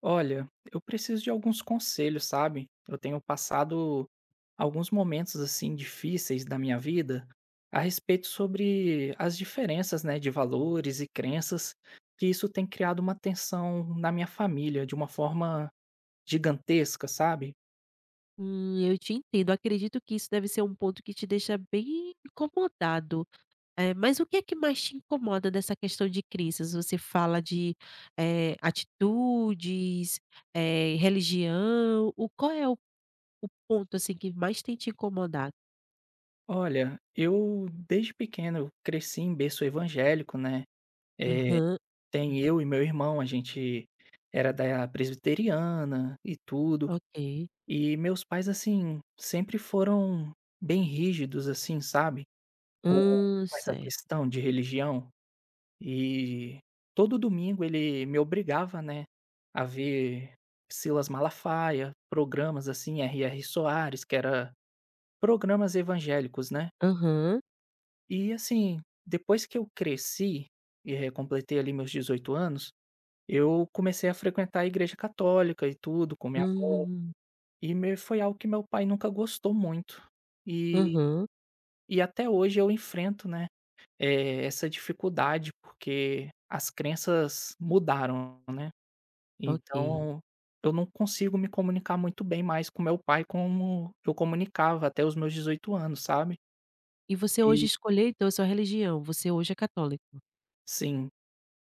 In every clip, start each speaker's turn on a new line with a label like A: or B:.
A: Olha, eu preciso de alguns conselhos, sabe? Eu tenho passado alguns momentos assim difíceis da minha vida a respeito sobre as diferenças, né, de valores e crenças, que isso tem criado uma tensão na minha família de uma forma gigantesca, sabe?
B: Eu te entendo. Acredito que isso deve ser um ponto que te deixa bem incomodado. Mas o que é que mais te incomoda nessa questão de crenças? Você fala de, atitudes, religião. O qual é o ponto, assim, que mais tem te incomodado?
A: Olha, eu desde pequeno eu cresci em berço evangélico, né? Eh,
B: Aham,
A: Tem eu e meu irmão, a gente era da presbiteriana e tudo.
B: ok.
A: E meus pais, assim, sempre foram bem rígidos, assim, sabe, com com essa
B: Certo.
A: questão de religião. E todo domingo ele me obrigava, né, a ver Silas Malafaia, programas assim, R.R. Soares, que era programas evangélicos, né.
B: Aham.
A: E assim, depois que eu cresci e, completei ali meus 18 anos, eu comecei a frequentar a igreja católica e tudo, com minha avó.
B: Hum.
A: Imer foi algo que meu pai nunca gostou muito. E
B: Aham,
A: e até hoje eu enfrento, né, essa dificuldade, porque as crenças mudaram, né. Hum.
B: ok.
A: Então, eu não consigo me comunicar muito bem mais com meu pai como eu comunicava até os meus 18 anos, sabe.
B: E você hoje
A: E
B: escolheu, então, a sua religião. Você hoje é católico?
A: sim,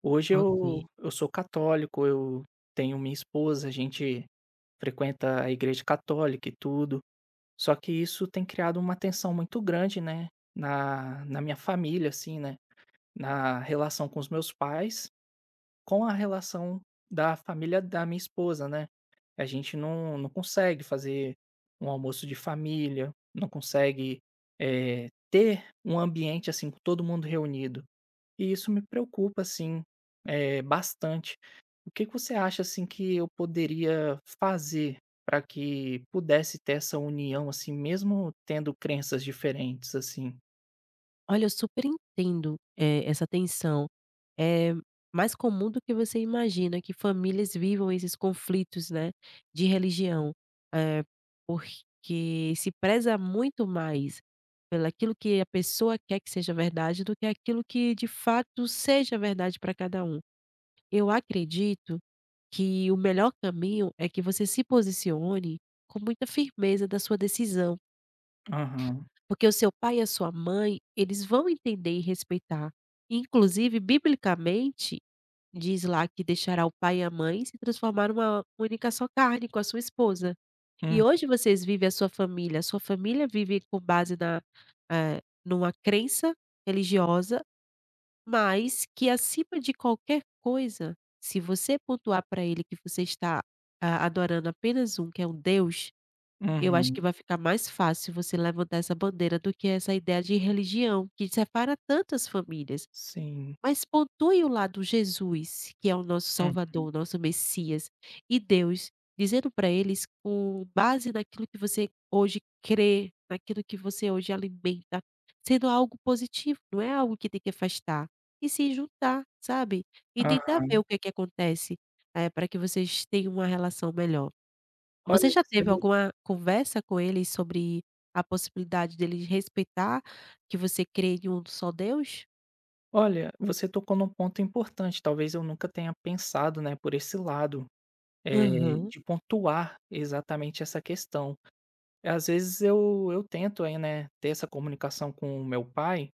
A: hoje
B: Ok.
A: eu sou católico, eu tenho minha esposa, a gente frequenta a igreja católica e tudo. Só que isso tem criado uma tensão muito grande, né, na minha família, assim, né, na relação com os meus pais, com a relação da família da minha esposa, né. A gente não consegue fazer um almoço de família, não consegue, ter um ambiente, assim, com todo mundo reunido. E isso me preocupa, assim, bastante. O que que você acha, assim, que eu poderia fazer para que pudesse ter essa união, assim, mesmo tendo crenças diferentes, assim?
B: Olha, eu super entendo, essa tensão. É mais comum do que você imagina que famílias vivam esses conflitos, né, de religião, eh, porque se preza muito mais pelo aquilo que a pessoa quer que seja verdade do que aquilo que de fato seja verdade para cada um. Eu acredito que o melhor caminho é que você se posicione com muita firmeza da sua decisão.
A: Aham.
B: Porque o seu pai e a sua mãe, eles vão entender e respeitar. Inclusive, biblicamente, diz lá que deixará o pai e a mãe se transformar numa única só carne com a sua esposa. E
A: Hum,
B: hoje vocês vivem a sua família vive com base numa crença religiosa, mas que acima de qualquer coisa, se você pontuar para ele que você está, ah, adorando apenas um, que é um Deus, eu acho que
A: uhum.
B: vai ficar mais fácil você levantar essa bandeira do que essa ideia de religião, que separa tantas famílias.
A: Sim.
B: Mas pontue o lado Jesus, que é o nosso Salvador,
A: Uhum.
B: o nosso Messias, e Deus, dizendo para eles com base naquilo que você hoje crê, naquilo que você hoje alimenta, sendo algo positivo, não é algo que tem que afastar. E se juntar, sabe? E
A: Aham.
B: tentar ver o que é que acontece, para que vocês tenham uma relação melhor. Você
A: Olha,
B: já
A: você
B: teve alguma conversa com ele sobre a possibilidade dele respeitar que você crê em um só Deus?
A: olha, você tocou num ponto importante, talvez eu nunca tenha pensado, né, por esse lado, eh,
B: Aham,
A: de pontuar exatamente essa questão. Às vezes eu tento aí, né, ter essa comunicação com o meu pai.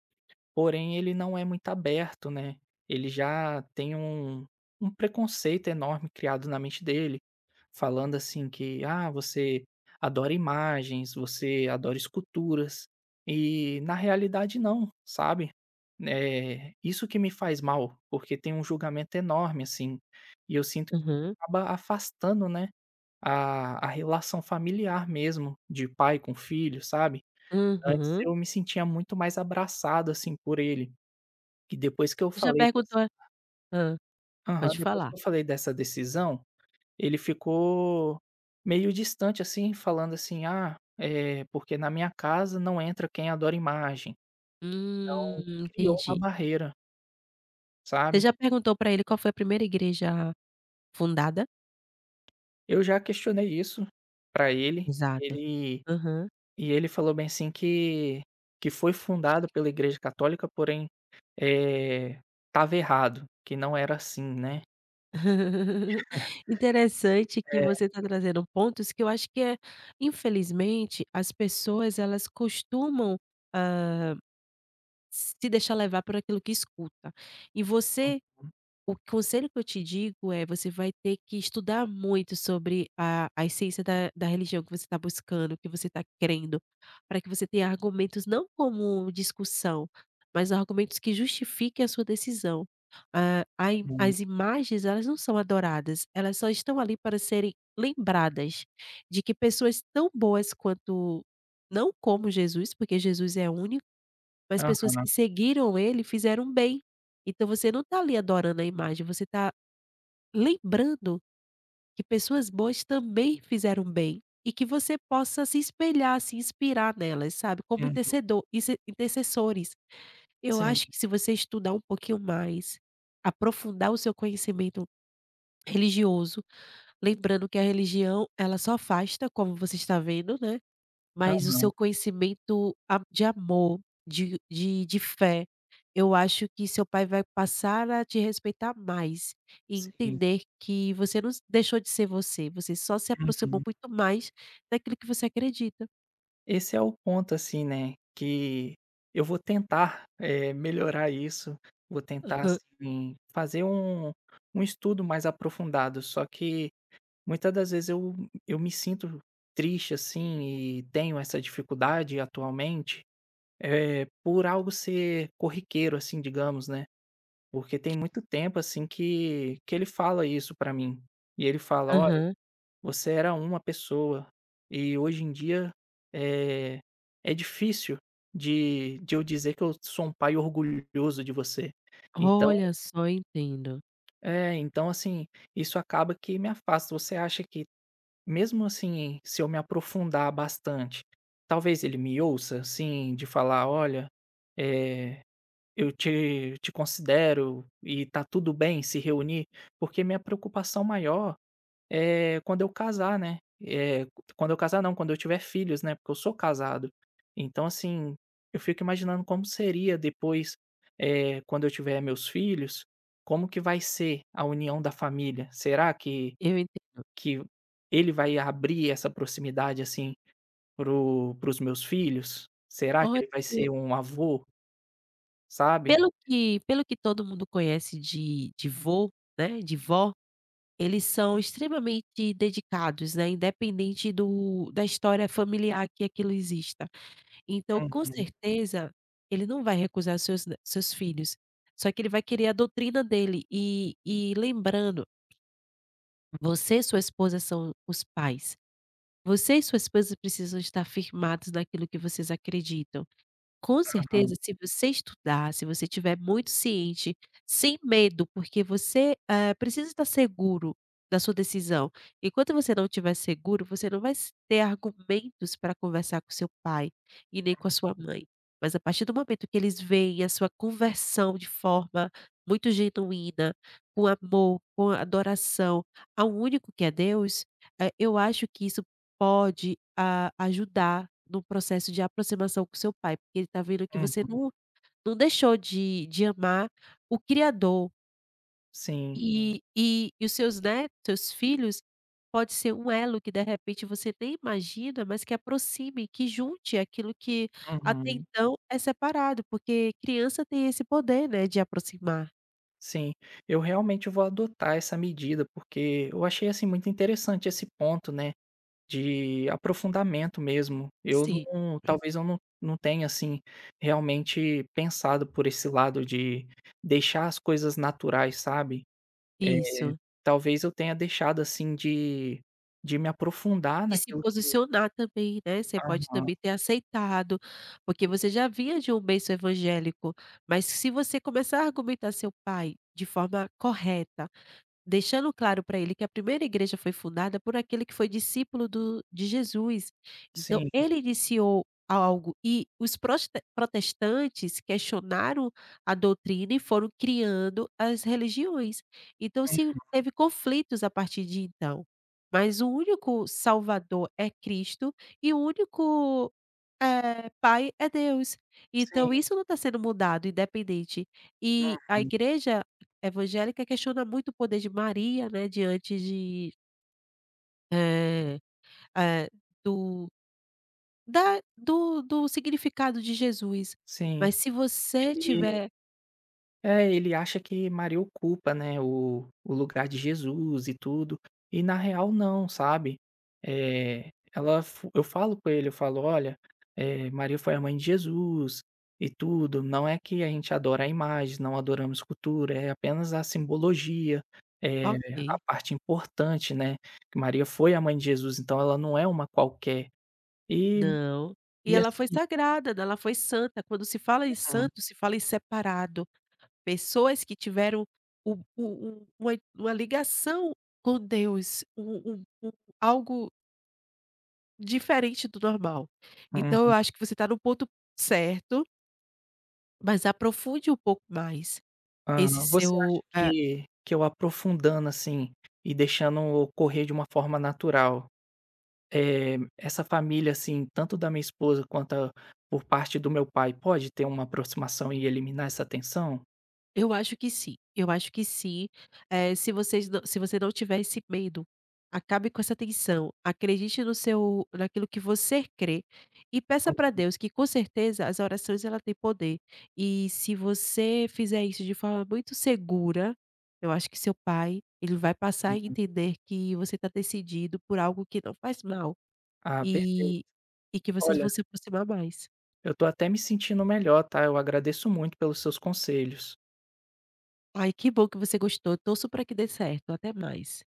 A: Porém, ele não é muito aberto, né. Ele já tem um preconceito enorme criado na mente dele, falando assim que: "Ah, você adora imagens, você adora esculturas", e na realidade não, sabe. Isso que me faz mal, porque tem um julgamento enorme, assim, e eu sinto que
B: aham,
A: acaba afastando, né, a relação familiar mesmo, de pai com filho, sabe. Antes
B: aham.
A: eu me sentia muito mais abraçado, assim, por ele. Que depois que eu
B: Você já
A: falei dessa
B: perguntou hã,
A: Aham,
B: pode
A: depois
B: falar.
A: que eu falei dessa decisão, ele ficou meio distante, assim, falando assim: "Ah, porque na minha casa não entra quem adora imagem". Então criou uma
B: Entendi.
A: barreira,
B: Você
A: sabe.
B: já perguntou pra ele qual foi a primeira igreja fundada?
A: Eu já questionei isso pra ele,
B: Exato.
A: ele
B: Aham.
A: e ele falou bem assim que foi fundado pela Igreja Católica, porém, é estava errado, que não era assim, né.
B: Interessante que
A: É.
B: você tá trazendo pontos que eu acho que é infelizmente as pessoas elas costumam hã se deixar levar por aquilo que escuta. E você,
A: Uhum,
B: o conselho que eu te digo é, você vai ter que estudar muito sobre a essência da religião que você está buscando, que você está querendo, para que você tenha argumentos não como discussão, mas argumentos que justifiquem a sua decisão. Ah, a im
A: uhum.
B: as imagens, elas não são adoradas, elas só estão ali para serem lembradas de que pessoas tão boas quanto, não como Jesus, porque Jesus é único, mas pessoas
A: Aham,
B: que seguiram ele fizeram bem. Então você não está ali adorando a imagem, você está lembrando que pessoas boas também fizeram bem e que você possa se espelhar, se inspirar nelas, sabe, como
A: uhum.
B: intercedor inse intercessores. Eu
A: Sim,
B: acho que se você estudar um pouquinho mais, aprofundar o seu conhecimento religioso, lembrando que a religião, ela só afasta, como você está vendo, né. Mas o seu
A: aham,
B: conhecimento a de amor, de fé, eu acho que seu pai vai passar a te respeitar mais e
A: sim.
B: entender que você não deixou de ser você, você só se aproximou
A: Uhum.
B: muito mais daquilo que você acredita.
A: Esse é o ponto, assim, né, que eu vou tentar, melhorar isso, vou tentar,
B: Aham,
A: assim, fazer um estudo mais aprofundado, só que muitas das vezes eu me sinto triste, assim, e tenho essa dificuldade atualmente, por algo ser corriqueiro, assim, digamos, né, porque tem muito tempo, assim, que ele fala isso pra mim, e ele fala: ó.
B: aham.
A: Você era uma pessoa. E hoje em dia, eh, é difícil de eu dizer que eu sou um pai orgulhoso de você. Então
B: Olha só, entendo,
A: é, então assim, isso acaba que me afasta. Você acha que mesmo assim, se eu me aprofundar bastante, talvez ele me ouça, assim, de falar: "Olha, eh, eu te considero e tá tudo bem se reunir?" Porque minha preocupação maior quando eu casar, né, eh, quando eu casar não, quando eu tiver filhos, né, porque eu sou casado. Então assim, eu fico imaginando como seria depois, quando eu tiver meus filhos, como que vai ser a união da família? Será que
B: eu entendo.
A: que ele vai abrir essa proximidade, assim, para o os meus filhos? Será que
B: Olha,
A: ele vai
B: eu-
A: ser um avô, sabe?
B: pelo que todo mundo conhece de vô, né, de vó, eles são extremamente dedicados, né, independente do da história familiar que aquilo exista. Então,
A: Uhum,
B: com certeza, ele não vai recusar os seus seus filhos, só que ele vai querer a doutrina dele. E lembrando, você e sua esposa são os pais. Você e sua esposa precisam estar firmados naquilo que vocês acreditam. Com
A: uhum,
B: certeza, se você estudar, se você tiver muito ciente, sem medo, porque você, precisa estar seguro da sua decisão. Enquanto você não estiver seguro, você não vai s ter argumentos para conversar com seu pai e nem com a sua mãe. Mas a partir do momento que eles veem a sua conversão de forma muito genuína, com amor, com adoração ao único que é Deus, eu acho que isso pode a ajudar no processo de aproximação com seu pai, porque ele está vendo que você não deixou de amar o criador,
A: sim,
B: e e os seus netos, seus filhos, pode ser um elo que de repente você nem imagina, mas que aproxime, que junte aquilo que até
A: uhum.
B: então é separado, porque criança tem esse poder, né, de aproximar.
A: Sim, eu realmente vou adotar essa medida, porque eu achei assim muito interessante esse ponto, né, de aprofundamento mesmo. Eu
B: Sim.
A: não, talvez eu não, não tenha assim realmente pensado por esse lado de deixar as coisas naturais, sabe? É,
B: Isso.
A: talvez eu tenha deixado assim de me aprofundar
B: E se
A: naquilo que.
B: posicionar também, né, você pode
A: Aham,
B: também ter aceitado, porque você já vinha de um berço evangélico, mas se você começar a argumentar seu pai de forma correta, deixando claro para ele que a primeira igreja foi fundada por aquele que foi discípulo do de Jesus. Então
A: sim,
B: ele iniciou algo e os proste protestantes questionaram a doutrina e foram criando as religiões. Então
A: hum,
B: se teve conflitos a partir de então. Mas o único salvador é Cristo e o único é, pai é Deus. Então
A: sim,
B: isso não está sendo mudado, independente. E
A: hum,
B: a igreja evangélica questiona muito o poder de Maria, né, diante de, eh eh, do da do do significado de Jesus.
A: sim.
B: Mas se você
A: Ele
B: tiver.
A: É, ele acha que Maria ocupa, né, o lugar de Jesus e tudo, e na real não, sabe. Eh, ela fo Eu falo com ele, eu falo: "Olha, Maria foi a mãe de Jesus e tudo, não é que a gente adora a imagem, não adoramos escultura, é apenas a simbologia,
B: Ok,
A: Uhum. a parte importante, né, que Maria foi a mãe de Jesus, então ela não é uma qualquer". E
B: não. E
A: e
B: ela foi
A: assim
B: sagrada, né, ela foi santa. Quando se fala em
A: hum,
B: santo, se fala em separado. Pessoas que tiveram o uma ligação com Deus, algo diferente do normal. Então eu
A: hum.
B: acho que você está no ponto certo, mas aprofunde um pouco mais esse
A: Aham. Você acha
B: seu.
A: que eu aprofundando, assim, e deixando ocorrer de uma forma natural, essa família, assim, tanto da minha esposa quanto a por parte do meu pai, pode ter uma aproximação e eliminar essa tensão?
B: Eu acho que sim, eu acho que sim. Se você não tiver esse medo, acabe com essa tensão, acredite no seu naquilo que você crê e peça para Deus que com certeza as orações ela tem poder. E se você fizer isso de forma muito segura, eu acho que seu pai, ele vai passar a
A: Uhum.
B: entender que você está decidido por algo que não faz mal,
A: Ah, perfeito.
B: e e que vocês
A: Olha,
B: vão se aproximar mais.
A: eu tô até me sentindo melhor, tá. Eu agradeço muito pelos seus conselhos.
B: Ai, que bom que você gostou, torço para que dê certo, até mais.